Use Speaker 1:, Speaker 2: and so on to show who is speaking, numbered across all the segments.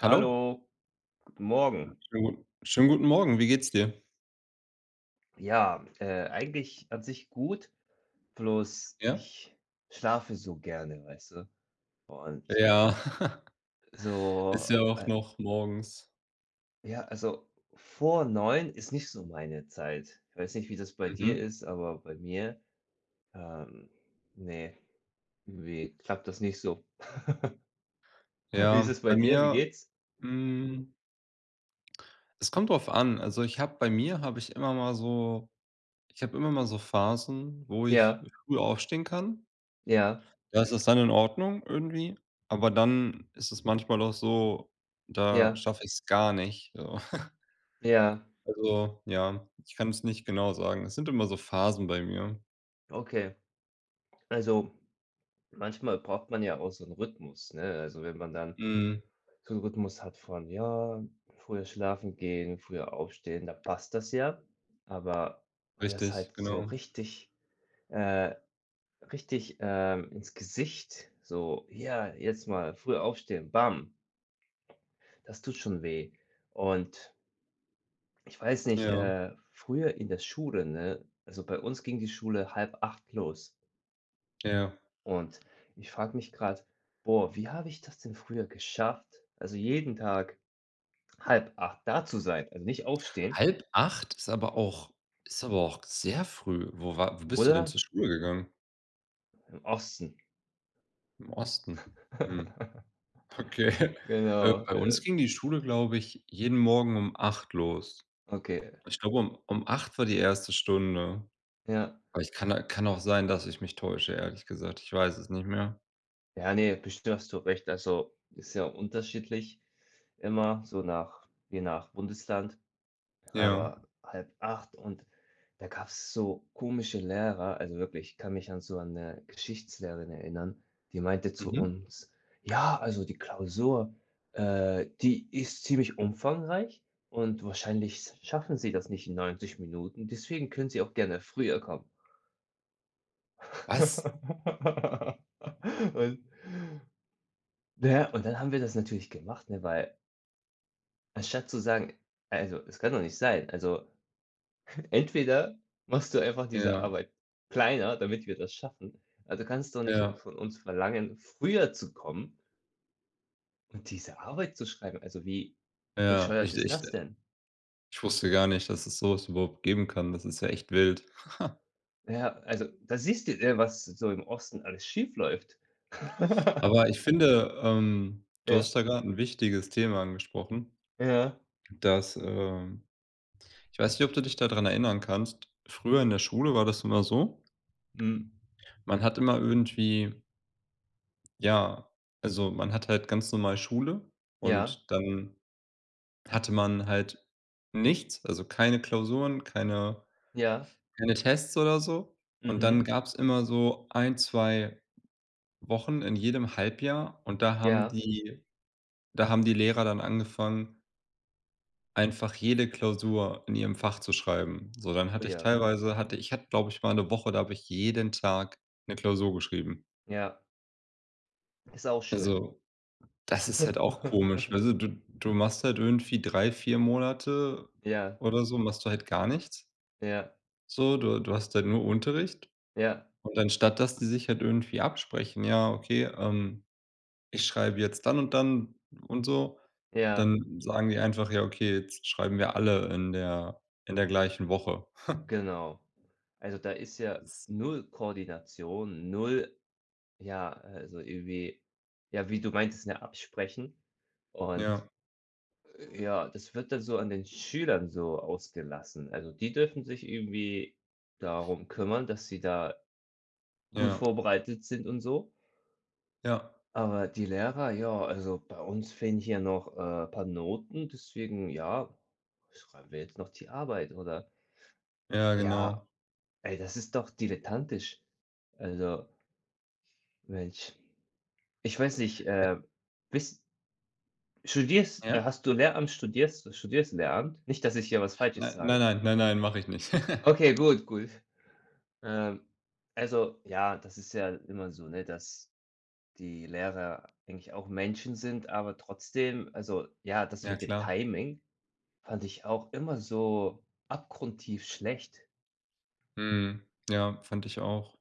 Speaker 1: Hallo.
Speaker 2: guten Morgen.
Speaker 1: Schönen guten Morgen. Wie geht's dir?
Speaker 2: Ja, eigentlich an sich gut, bloß
Speaker 1: Ja?
Speaker 2: ich schlafe so gerne, weißt du? Und
Speaker 1: Ja,
Speaker 2: so,
Speaker 1: ist ja auch
Speaker 2: äh,
Speaker 1: noch morgens.
Speaker 2: ja, also vor neun ist nicht so meine Zeit. Ich weiß nicht, wie das bei dir
Speaker 1: Mhm.
Speaker 2: ist, aber bei mir, ähm, nee, irgendwie klappt das nicht so. Wie ist
Speaker 1: Ja,
Speaker 2: es bei
Speaker 1: bei
Speaker 2: dir? Wie
Speaker 1: mir,
Speaker 2: geht's?
Speaker 1: hm, es kommt drauf an. Also, ich habe bei mir habe ich immer mal so Phasen, wo ich
Speaker 2: Ja,
Speaker 1: früh aufstehen kann.
Speaker 2: ja,
Speaker 1: Da ist das dann in Ordnung irgendwie, aber dann ist es manchmal auch so, da
Speaker 2: ja,
Speaker 1: schaffe ich es gar nicht, so.
Speaker 2: ja,
Speaker 1: Also, ja, ich kann es nicht genau sagen. Es sind immer so Phasen bei mir.
Speaker 2: okay. Also manchmal braucht man ja auch so einen Rhythmus, ne? Also wenn man dann
Speaker 1: Mhm,
Speaker 2: so 'n Rhythmus hat von, ja, früher schlafen gehen, früher aufstehen, da passt das ja. Aber weil das
Speaker 1: richtig,
Speaker 2: halt so
Speaker 1: genau.
Speaker 2: richtig äh, richtig, ins Gesicht so: „Ja, jetzt mal früh aufstehen, bam", das tut schon weh. Und ich weiß nicht,
Speaker 1: Ja,
Speaker 2: früher in der Schule, ne also, bei uns ging die Schule halb acht los.
Speaker 1: ja.
Speaker 2: Und ich frage mich grad: „Boah, wie habe ich das denn früher geschafft?" Also, jeden Tag halb acht da zu sein, also, nicht aufstehen,
Speaker 1: Halb acht ist aber auch sehr früh. Wo bist du denn
Speaker 2: oder?
Speaker 1: zur Schule gegangen?
Speaker 2: Im Osten.
Speaker 1: Im Osten? Hm, okay.
Speaker 2: Genau,
Speaker 1: Bei uns ging die Schule, glaube ich, jeden Morgen um acht los.
Speaker 2: okay.
Speaker 1: Ich glaube, um acht war die erste Stunde.
Speaker 2: Ja.
Speaker 1: Aber ich kann auch sein, dass ich mich täusche, ehrlich gesagt. Ich weiß es nicht mehr.
Speaker 2: Ja, nee, bestimmt hast du recht. Also, ist ja unterschiedlich immer so nach je nach Bundesland.
Speaker 1: Ja.
Speaker 2: Aber halb acht und da gab's so komische Lehrer, also wirklich, ich kann mich an so eine Geschichtslehrerin erinnern, die meinte zu
Speaker 1: Mhm.
Speaker 2: uns: „Ja, also die Klausur, die ist ziemlich umfangreich und wahrscheinlich schaffen Sie das nicht in 90 Minuten, deswegen können Sie auch gerne früher kommen."
Speaker 1: Was?
Speaker 2: Und ja, und dann haben wir das natürlich gemacht, ne, weil anstatt zu sagen: „Also, es kann doch nicht sein, also entweder machst du einfach diese
Speaker 1: Ja,
Speaker 2: Arbeit kleiner, damit wir das schaffen. Also, kannst du nicht
Speaker 1: ja,
Speaker 2: von uns verlangen, früher zu kommen und diese Arbeit zu schreiben. Also, wie
Speaker 1: ja.
Speaker 2: bescheuert
Speaker 1: Ich
Speaker 2: ist
Speaker 1: ich
Speaker 2: das denn?
Speaker 1: ich wusste gar nicht, dass es so überhaupt geben kann. Das ist ja echt wild.
Speaker 2: Ja, also, da siehst du, was so im Osten alles schiefläuft.
Speaker 1: Aber ich finde, du
Speaker 2: Ja,
Speaker 1: hast da grad 'n wichtiges Thema angesprochen,
Speaker 2: ja,
Speaker 1: dass, ich weiß nicht, ob du dich da dran erinnern kannst. Früher in der Schule war das immer so,
Speaker 2: mhm,
Speaker 1: man hat immer irgendwie ja, also, man hat halt ganz normal Schule
Speaker 2: ja,
Speaker 1: und dann hatte man halt nichts, also, keine Klausuren, keine
Speaker 2: ja,
Speaker 1: keine Tests oder so. Und dann
Speaker 2: mhm,
Speaker 1: gab's immer so ein 2 Wochen in jedem Halbjahr und da haben
Speaker 2: ja,
Speaker 1: die da haben die Lehrer dann angefangen einfach jede Klausur in ihrem Fach zu schreiben. So, dann
Speaker 2: oh
Speaker 1: hatte ich Mhm.
Speaker 2: ja,
Speaker 1: teilweise hatte ich hatte, glaube ich, mal eine Woche, da habe ich jeden Tag eine Klausur geschrieben.
Speaker 2: ja, ist auch schön.
Speaker 1: Also, das ist halt auch komisch. Also, du machst halt irgendwie 3 4 Monate
Speaker 2: Ja,
Speaker 1: oder so machst du halt gar nichts.
Speaker 2: ja,
Speaker 1: So, du hast halt nur Unterricht
Speaker 2: ja,
Speaker 1: und anstatt, dass die sich halt irgendwie absprechen: „Ja, okay, ich schreibe jetzt dann und dann und so“,
Speaker 2: ja.
Speaker 1: dann sagen die einfach: „Ja, okay, jetzt schreiben wir alle in der gleichen Woche.“
Speaker 2: Genau. Also, da ist ja
Speaker 1: Das
Speaker 2: null Koordination, null ja, also irgendwie ja, wie du meintest, ne, absprechen. Und,
Speaker 1: ja.
Speaker 2: ja, das wird dann so an den Schülern so ausgelassen. Also, die dürfen sich irgendwie darum kümmern, dass sie da gut
Speaker 1: Ja,
Speaker 2: vorbereitet sind und so.
Speaker 1: ja,
Speaker 2: Aber die Lehrer, ja, also bei uns fehlen hier noch, ein paar Noten, deswegen, ja, schreiben wir jetzt noch die Arbeit oder
Speaker 1: ja,
Speaker 2: ja,
Speaker 1: genau.
Speaker 2: ey, das ist doch dilettantisch. Also Mensch, ich weiß nicht,
Speaker 1: Äh,
Speaker 2: bist studierst
Speaker 1: ja?
Speaker 2: hast du Lehramt studierst studierst Lehramt? Nicht, dass ich hier was
Speaker 1: Nei
Speaker 2: Falsches
Speaker 1: nein,
Speaker 2: sage.
Speaker 1: nein, nein, nein, mache ich nicht.
Speaker 2: Okay, gut, gut. Ähm, also, ja, das ist ja immer so, ne, dass die Lehrer eigentlich auch Menschen sind, aber trotzdem also, ja, das
Speaker 1: Ja,
Speaker 2: mit dem
Speaker 1: klar.
Speaker 2: Timing fand ich auch immer so abgrundtief schlecht.
Speaker 1: Mhm. Ja, fand ich auch.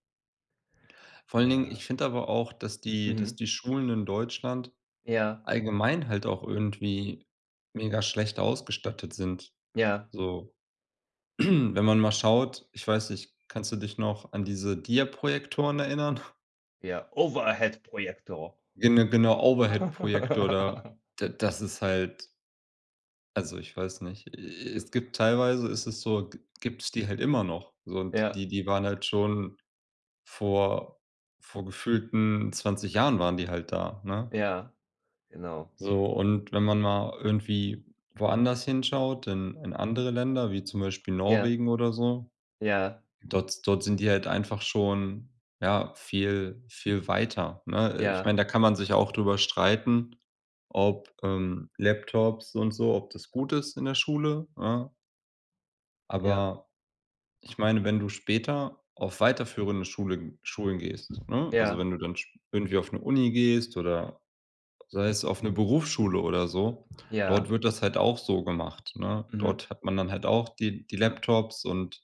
Speaker 1: Vor allen Dingen,
Speaker 2: Ja.
Speaker 1: ich finde aber auch, dass die dass
Speaker 2: Mhm.
Speaker 1: die Schulen in Deutschland
Speaker 2: Ja,
Speaker 1: allgemein halt auch irgendwie mega schlecht ausgestattet sind.
Speaker 2: ja,
Speaker 1: So, wenn man mal schaut, ich weiß nicht, kannst du dich noch an diese Dia-Projektoren erinnern?
Speaker 2: ja. Overhead-Projektor.
Speaker 1: Genau, Overhead-Projektor da. D das ist halt also, ich weiß nicht. E es gibt teilweise ist es so g gibt's die halt immer noch. So und die
Speaker 2: Ja,
Speaker 1: die waren halt schon vor vor gefühlten 20 Jahren waren die halt da, ne?
Speaker 2: ja, genau.
Speaker 1: So und wenn man mal irgendwie woanders hinschaut, in andere Länder, wie zum Beispiel
Speaker 2: Ja,
Speaker 1: Norwegen oder so,
Speaker 2: ja,
Speaker 1: dort sind die halt einfach schon, ja, viel weiter, ne? Ich meine,
Speaker 2: ja,
Speaker 1: da kann man sich auch drüber streiten, ob, Laptops und so ob das gut ist in der Schule, ja?
Speaker 2: ja,
Speaker 1: Aber ich meine, wenn du später auf weiterführende Schulen gehst, ne? Also,
Speaker 2: ja,
Speaker 1: wenn du dann sch irgendwie auf eine Uni gehst oder sei es auf eine Berufsschule oder so, dort
Speaker 2: ja,
Speaker 1: wird das halt auch so gemacht, ne?
Speaker 2: mhm,
Speaker 1: Dort hat man dann halt auch die Laptops und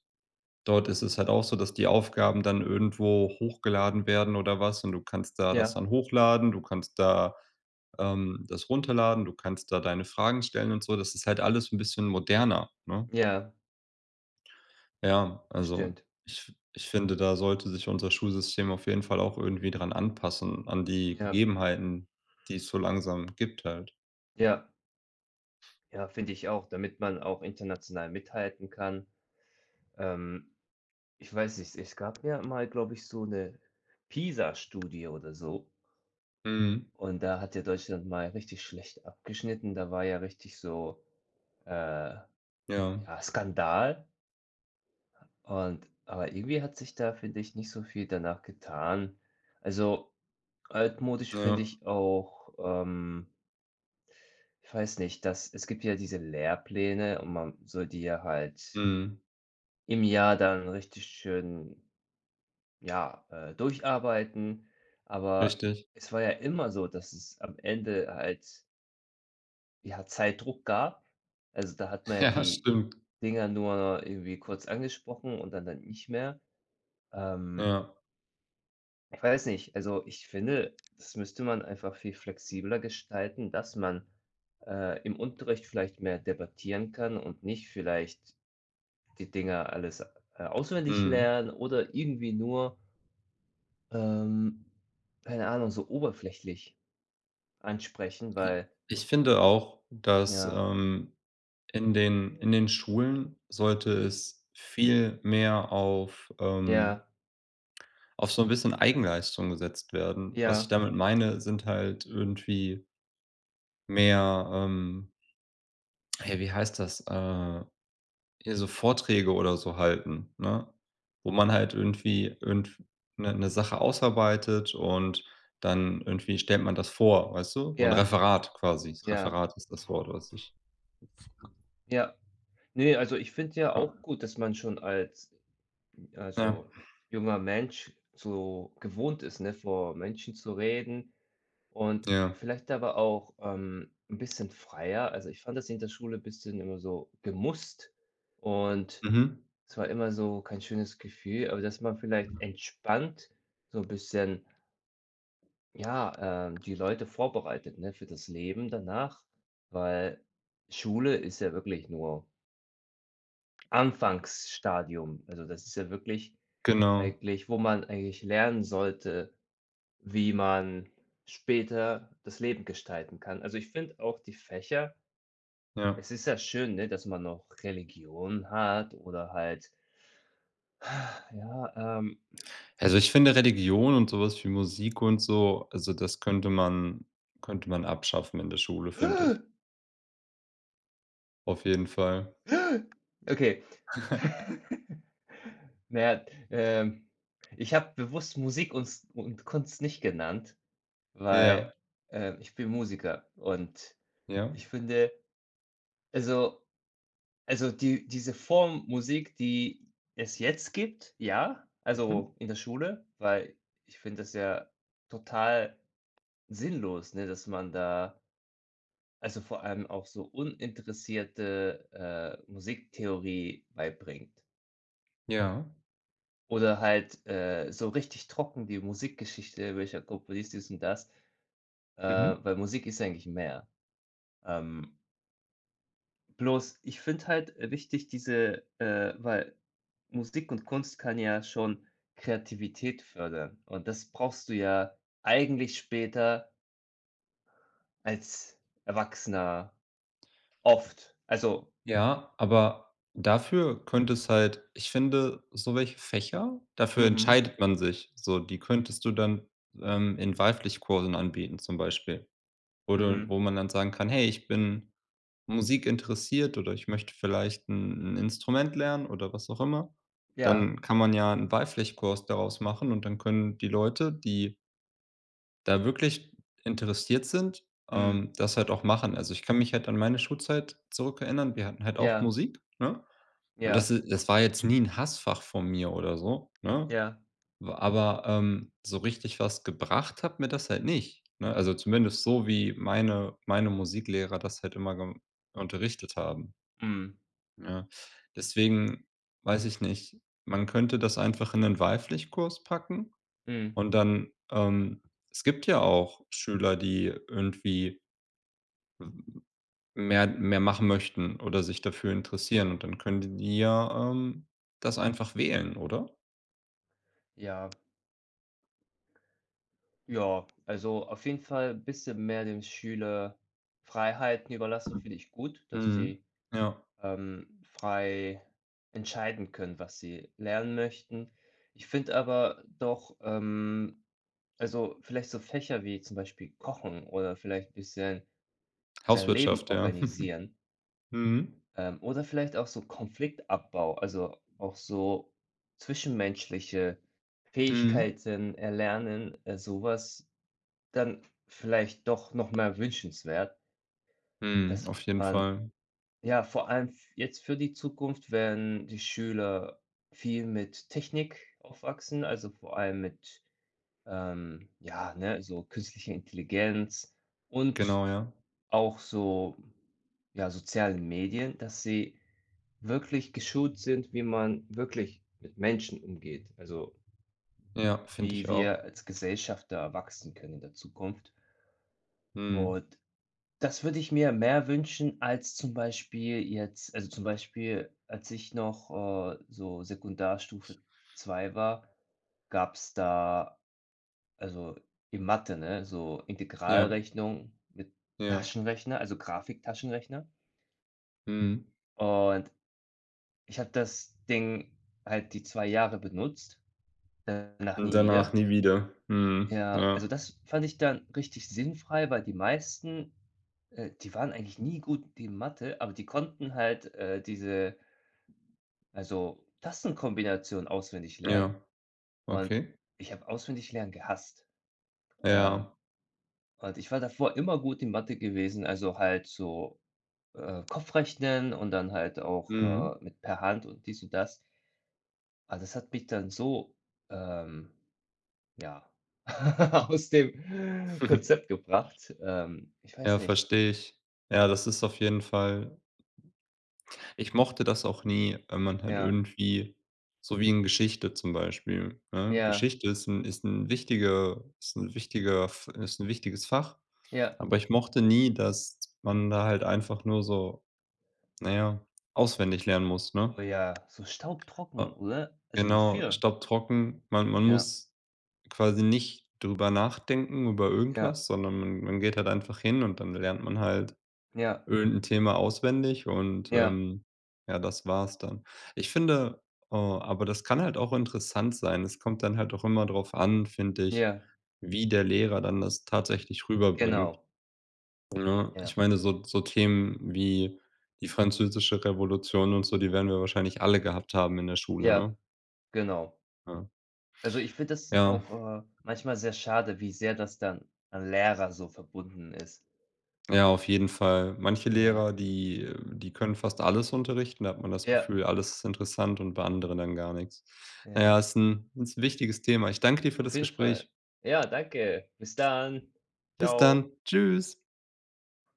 Speaker 1: dort ist es halt auch so, dass die Aufgaben dann irgendwo hochgeladen werden oder was und du kannst da das
Speaker 2: ja,
Speaker 1: dann hochladen, du kannst da, das runterladen, du kannst da deine Fragen stellen und so. Das ist halt alles ein bisschen moderner, ne?
Speaker 2: ja,
Speaker 1: Ja,
Speaker 2: das
Speaker 1: also
Speaker 2: stimmt.
Speaker 1: ich finde, da sollte sich unser Schulsystem auf jeden Fall auch irgendwie dran anpassen, an die
Speaker 2: Ja,
Speaker 1: Gegebenheiten, die es so langsam gibt halt.
Speaker 2: ja, ja, finde ich auch, damit man auch international mithalten kann. Ähm, ich weiß nicht, es gab ja mal, glaube ich, so eine PISA-Studie oder so
Speaker 1: Mhm.
Speaker 2: und da hat ja Deutschland mal richtig schlecht abgeschnitten. Da war ja richtig so, äh,
Speaker 1: Ja,
Speaker 2: ja, Skandal und aber irgendwie hat sich da, finde ich, nicht so viel danach getan. Also altmodisch finde
Speaker 1: ja,
Speaker 2: ich auch, ähm ich weiß nicht, dass es gibt ja diese Lehrpläne und man soll die ja halt
Speaker 1: mhm.
Speaker 2: im Jahr dann richtig schön, ja, durcharbeiten. Aber
Speaker 1: Richtig.
Speaker 2: es war ja immer so, dass es am Ende halt, ja, Zeitdruck gab. Also, da hat man ja
Speaker 1: Ja,
Speaker 2: die
Speaker 1: stimmt.
Speaker 2: Dinger nur irgendwie kurz angesprochen und dann nicht mehr. Ähm
Speaker 1: Ja,
Speaker 2: Ich weiß nicht, also ich finde, das müsste man einfach viel flexibler gestalten, dass man im Unterricht vielleicht mehr debattieren kann und nicht vielleicht die Dinger alles auswendig
Speaker 1: mhm.
Speaker 2: lernen oder irgendwie nur, ähm, keine Ahnung, so oberflächlich ansprechen, weil
Speaker 1: Ich finde auch, dass,
Speaker 2: ja,
Speaker 1: in den Schulen sollte es viel mehr
Speaker 2: ja,
Speaker 1: auf so ein bisschen Eigenleistung gesetzt werden. Was ich
Speaker 2: ja,
Speaker 1: damit meine, sind halt irgendwie mehr, hey, wie heißt das? Hier so Vorträge oder so halten, ne? Wo man halt irgendwie irgend 'ne Sache ausarbeitet und dann irgendwie stellt man das vor, weißt du? So ein
Speaker 2: ja,
Speaker 1: Referat quasi.
Speaker 2: ja,
Speaker 1: Referat ist das Wort, was ich
Speaker 2: ja. Nee, also ich finde ja auch
Speaker 1: ah,
Speaker 2: gut, dass man schon als,
Speaker 1: ja,
Speaker 2: also junger Mensch so gewohnt ist, ne, vor Menschen zu reden. Und
Speaker 1: ja.
Speaker 2: vielleicht aber auch, 'n bisschen freier. Also, ich fand das in der Schule ein bisschen immer so gemusst und
Speaker 1: Mhm.
Speaker 2: es war immer so kein schönes Gefühl, aber dass man vielleicht entspannt so ein bisschen, ja, die Leute vorbereitet, ne, für das Leben danach, weil Schule ist ja wirklich nur Anfangsstadium. Also, das ist ja wirklich
Speaker 1: Genau,
Speaker 2: eigentlich, wo man eigentlich lernen sollte, wie man später das Leben gestalten kann. Also, ich finde auch die Fächer
Speaker 1: ja.
Speaker 2: es ist ja schön, ne, dass man noch Religion hat oder halt, ja,
Speaker 1: Also, ich finde Religion und sowas wie Musik und so also, das könnte man abschaffen in der Schule, finde ich. Auf jeden Fall.
Speaker 2: okay. Naja, ich habe bewusst Musik und Kunst nicht genannt, weil,
Speaker 1: Ja,
Speaker 2: ich bin Musiker und
Speaker 1: ja.
Speaker 2: ich finde also diese Form Musik, die es jetzt gibt, ja,
Speaker 1: Mhm.
Speaker 2: also in der Schule, weil ich finde das ja total sinnlos, ne, dass man da also vor allem auch so uninteressierte, Musiktheorie beibringt
Speaker 1: Ja.
Speaker 2: oder halt, so richtig trocken die Musikgeschichte, welcher Komponist dies und das,
Speaker 1: Mhm.
Speaker 2: weil Musik ist ja eigentlich mehr. Ähm Bloß ich finde halt, wichtig diese weil Musik und Kunst kann ja schon Kreativität fördern und das brauchst du ja eigentlich später als Erwachsener oft. Also
Speaker 1: Ja, aber dafür könnte es halt ich finde, so welche Fächer, dafür
Speaker 2: mhm,
Speaker 1: entscheidet man sich. So, die könntest du dann, in Wahlpflichtkursen anbieten zum Beispiel, wo du wo
Speaker 2: mhm,
Speaker 1: man dann sagen kann: „Hey, ich bin Musik interessiert oder ich möchte vielleicht ein 'n Instrument lernen“ oder was auch immer.
Speaker 2: ja,
Speaker 1: Dann kann man ja einen Wahlpflichtkurs daraus machen und dann können die Leute, die da wirklich interessiert sind,
Speaker 2: mhm,
Speaker 1: das halt auch machen. Also, ich kann mich halt an meine Schulzeit zurückerinnern. Wir hatten halt auch
Speaker 2: ja,
Speaker 1: Musik, ne? Und das
Speaker 2: ja,
Speaker 1: i das war jetzt nie 'n Hassfach von mir oder so, ne?
Speaker 2: ja,
Speaker 1: W aber, so richtig was gebracht hat mir das halt nicht, ne? Also, zumindest so, wie meine Musiklehrer das halt immer gem unterrichtet haben,
Speaker 2: mhm,
Speaker 1: ja? Deswegen weiß ich nicht, man könnte das einfach in 'nen Wahlpflichtkurs packen
Speaker 2: mhm,
Speaker 1: und dann es gibt ja auch Schüler, die irgendwie mehr machen möchten oder sich dafür interessieren und dann können die ja, das einfach wählen, oder?
Speaker 2: ja, ja. Also, auf jeden Fall ein bisschen mehr dem Schüler Freiheiten überlassen, finde ich gut, dass
Speaker 1: Mhm.
Speaker 2: die
Speaker 1: Ja,
Speaker 2: frei entscheiden können, was sie lernen möchten. Ich finde aber doch, also vielleicht so Fächer wie zum Beispiel Kochen oder vielleicht ein bisschen sein Leben
Speaker 1: Hauswirtschaft, ja.
Speaker 2: organisieren,
Speaker 1: Mhm.
Speaker 2: oder vielleicht auch so Konfliktabbau, also auch so zwischenmenschliche
Speaker 1: Mhm.
Speaker 2: Fähigkeiten erlernen, so dann vielleicht doch noch mehr wünschenswert,
Speaker 1: Mhm.
Speaker 2: dass
Speaker 1: Auf jeden
Speaker 2: man
Speaker 1: Fall.
Speaker 2: ja, vor allem f jetzt für die Zukunft, wenn die Schüler viel mit Technik aufwachsen, also vor allem mit, ja, ne, so künstlicher Intelligenz
Speaker 1: Genau,
Speaker 2: und
Speaker 1: ja.
Speaker 2: auch so, ja, sozialen Medien, dass sie wirklich geschult sind, wie man wirklich mit Menschen umgeht. Also,
Speaker 1: Ja, finde ich
Speaker 2: wie
Speaker 1: auch.
Speaker 2: wir als Gesellschaft da wachsen können in der Zukunft.
Speaker 1: Mhm.
Speaker 2: Und das würde ich mir mehr wünschen als zum Beispiel jetzt also, zum Beispiel, als ich noch, so Sekundarstufe zwei war, gab es da also, in Mathe, ne, so
Speaker 1: Ja,
Speaker 2: Integralrechnung mit
Speaker 1: ja.
Speaker 2: Taschenrechner, also Grafiktaschenrechner.
Speaker 1: Mhm.
Speaker 2: Und ich habe das Ding halt die 2 Jahre benutzt, danach
Speaker 1: Und
Speaker 2: nie
Speaker 1: danach
Speaker 2: wieder.
Speaker 1: nie wieder. Mhm.
Speaker 2: Ja,
Speaker 1: Ja,
Speaker 2: also das fand ich dann richtig sinnfrei, weil die meisten die waren eigentlich nie gut in Mathe, aber die konnten halt, diese, also, Tastenkombinationen auswendig
Speaker 1: ja.
Speaker 2: lernen und
Speaker 1: Okay.
Speaker 2: ich habe auswendig lernen gehasst.
Speaker 1: Ja.
Speaker 2: Ähm, und ich war davor immer gut in Mathe gewesen, also halt so, Kopfrechnen und dann halt auch,
Speaker 1: Mhm.
Speaker 2: mit per Hand und dies und das. Aber das hat mich dann so, ähm, ja, aus dem Konzept gebracht. Ich weiß
Speaker 1: Ja,
Speaker 2: nicht.
Speaker 1: verstehe ich. Ja, das ist auf jeden Fall ich mochte das auch nie, wenn man halt
Speaker 2: Ja,
Speaker 1: irgendwie so wie in Geschichte zum Beispiel, ne?
Speaker 2: ja,
Speaker 1: Geschichte ist ein wichtiger F ist ein wichtiges Fach.
Speaker 2: ja.
Speaker 1: Aber ich mochte nie, dass man da halt einfach nur so, na ja, auswendig lernen muss, ne?
Speaker 2: Oh ja, so staubtrocken,
Speaker 1: Ah,
Speaker 2: oder? Also
Speaker 1: genau,
Speaker 2: wofür?
Speaker 1: staubtrocken. Man
Speaker 2: Ja,
Speaker 1: muss quasi nicht drüber nachdenken, über
Speaker 2: ja,
Speaker 1: irgendwas, sondern man geht halt einfach hin und dann lernt man halt
Speaker 2: ja,
Speaker 1: irgendein Thema auswendig und,
Speaker 2: ja,
Speaker 1: ja, das war's dann. Ich finde aber das kann halt auch interessant sein. Es kommt dann halt auch immer drauf an, finde ich,
Speaker 2: ja,
Speaker 1: wie der Lehrer dann das tatsächlich rüberbringt.
Speaker 2: genau.
Speaker 1: Ne? Ich
Speaker 2: Ja,
Speaker 1: meine, so so Themen wie die Französische Revolution und so, die werden wir wahrscheinlich alle gehabt haben in der Schule,
Speaker 2: ja,
Speaker 1: ne?
Speaker 2: genau.
Speaker 1: Ja.
Speaker 2: Also ich finde das
Speaker 1: Ja,
Speaker 2: auch, manchmal sehr schade, wie sehr das dann an Lehrer so verbunden ist.
Speaker 1: ja, auf jeden Fall. Manche Lehrer,
Speaker 2: Ja,
Speaker 1: die die können fast alles unterrichten, da hat man das
Speaker 2: ja,
Speaker 1: Gefühl, alles ist interessant und bei anderen dann gar nichts. Na ja,
Speaker 2: ja,
Speaker 1: ist 'n ist ein wichtiges Thema. Ich danke dir für
Speaker 2: auf
Speaker 1: das
Speaker 2: jeden Fall.
Speaker 1: Gespräch.
Speaker 2: Ja, danke. Bis dann.
Speaker 1: Bis
Speaker 2: Ciao.
Speaker 1: dann. Tschüss.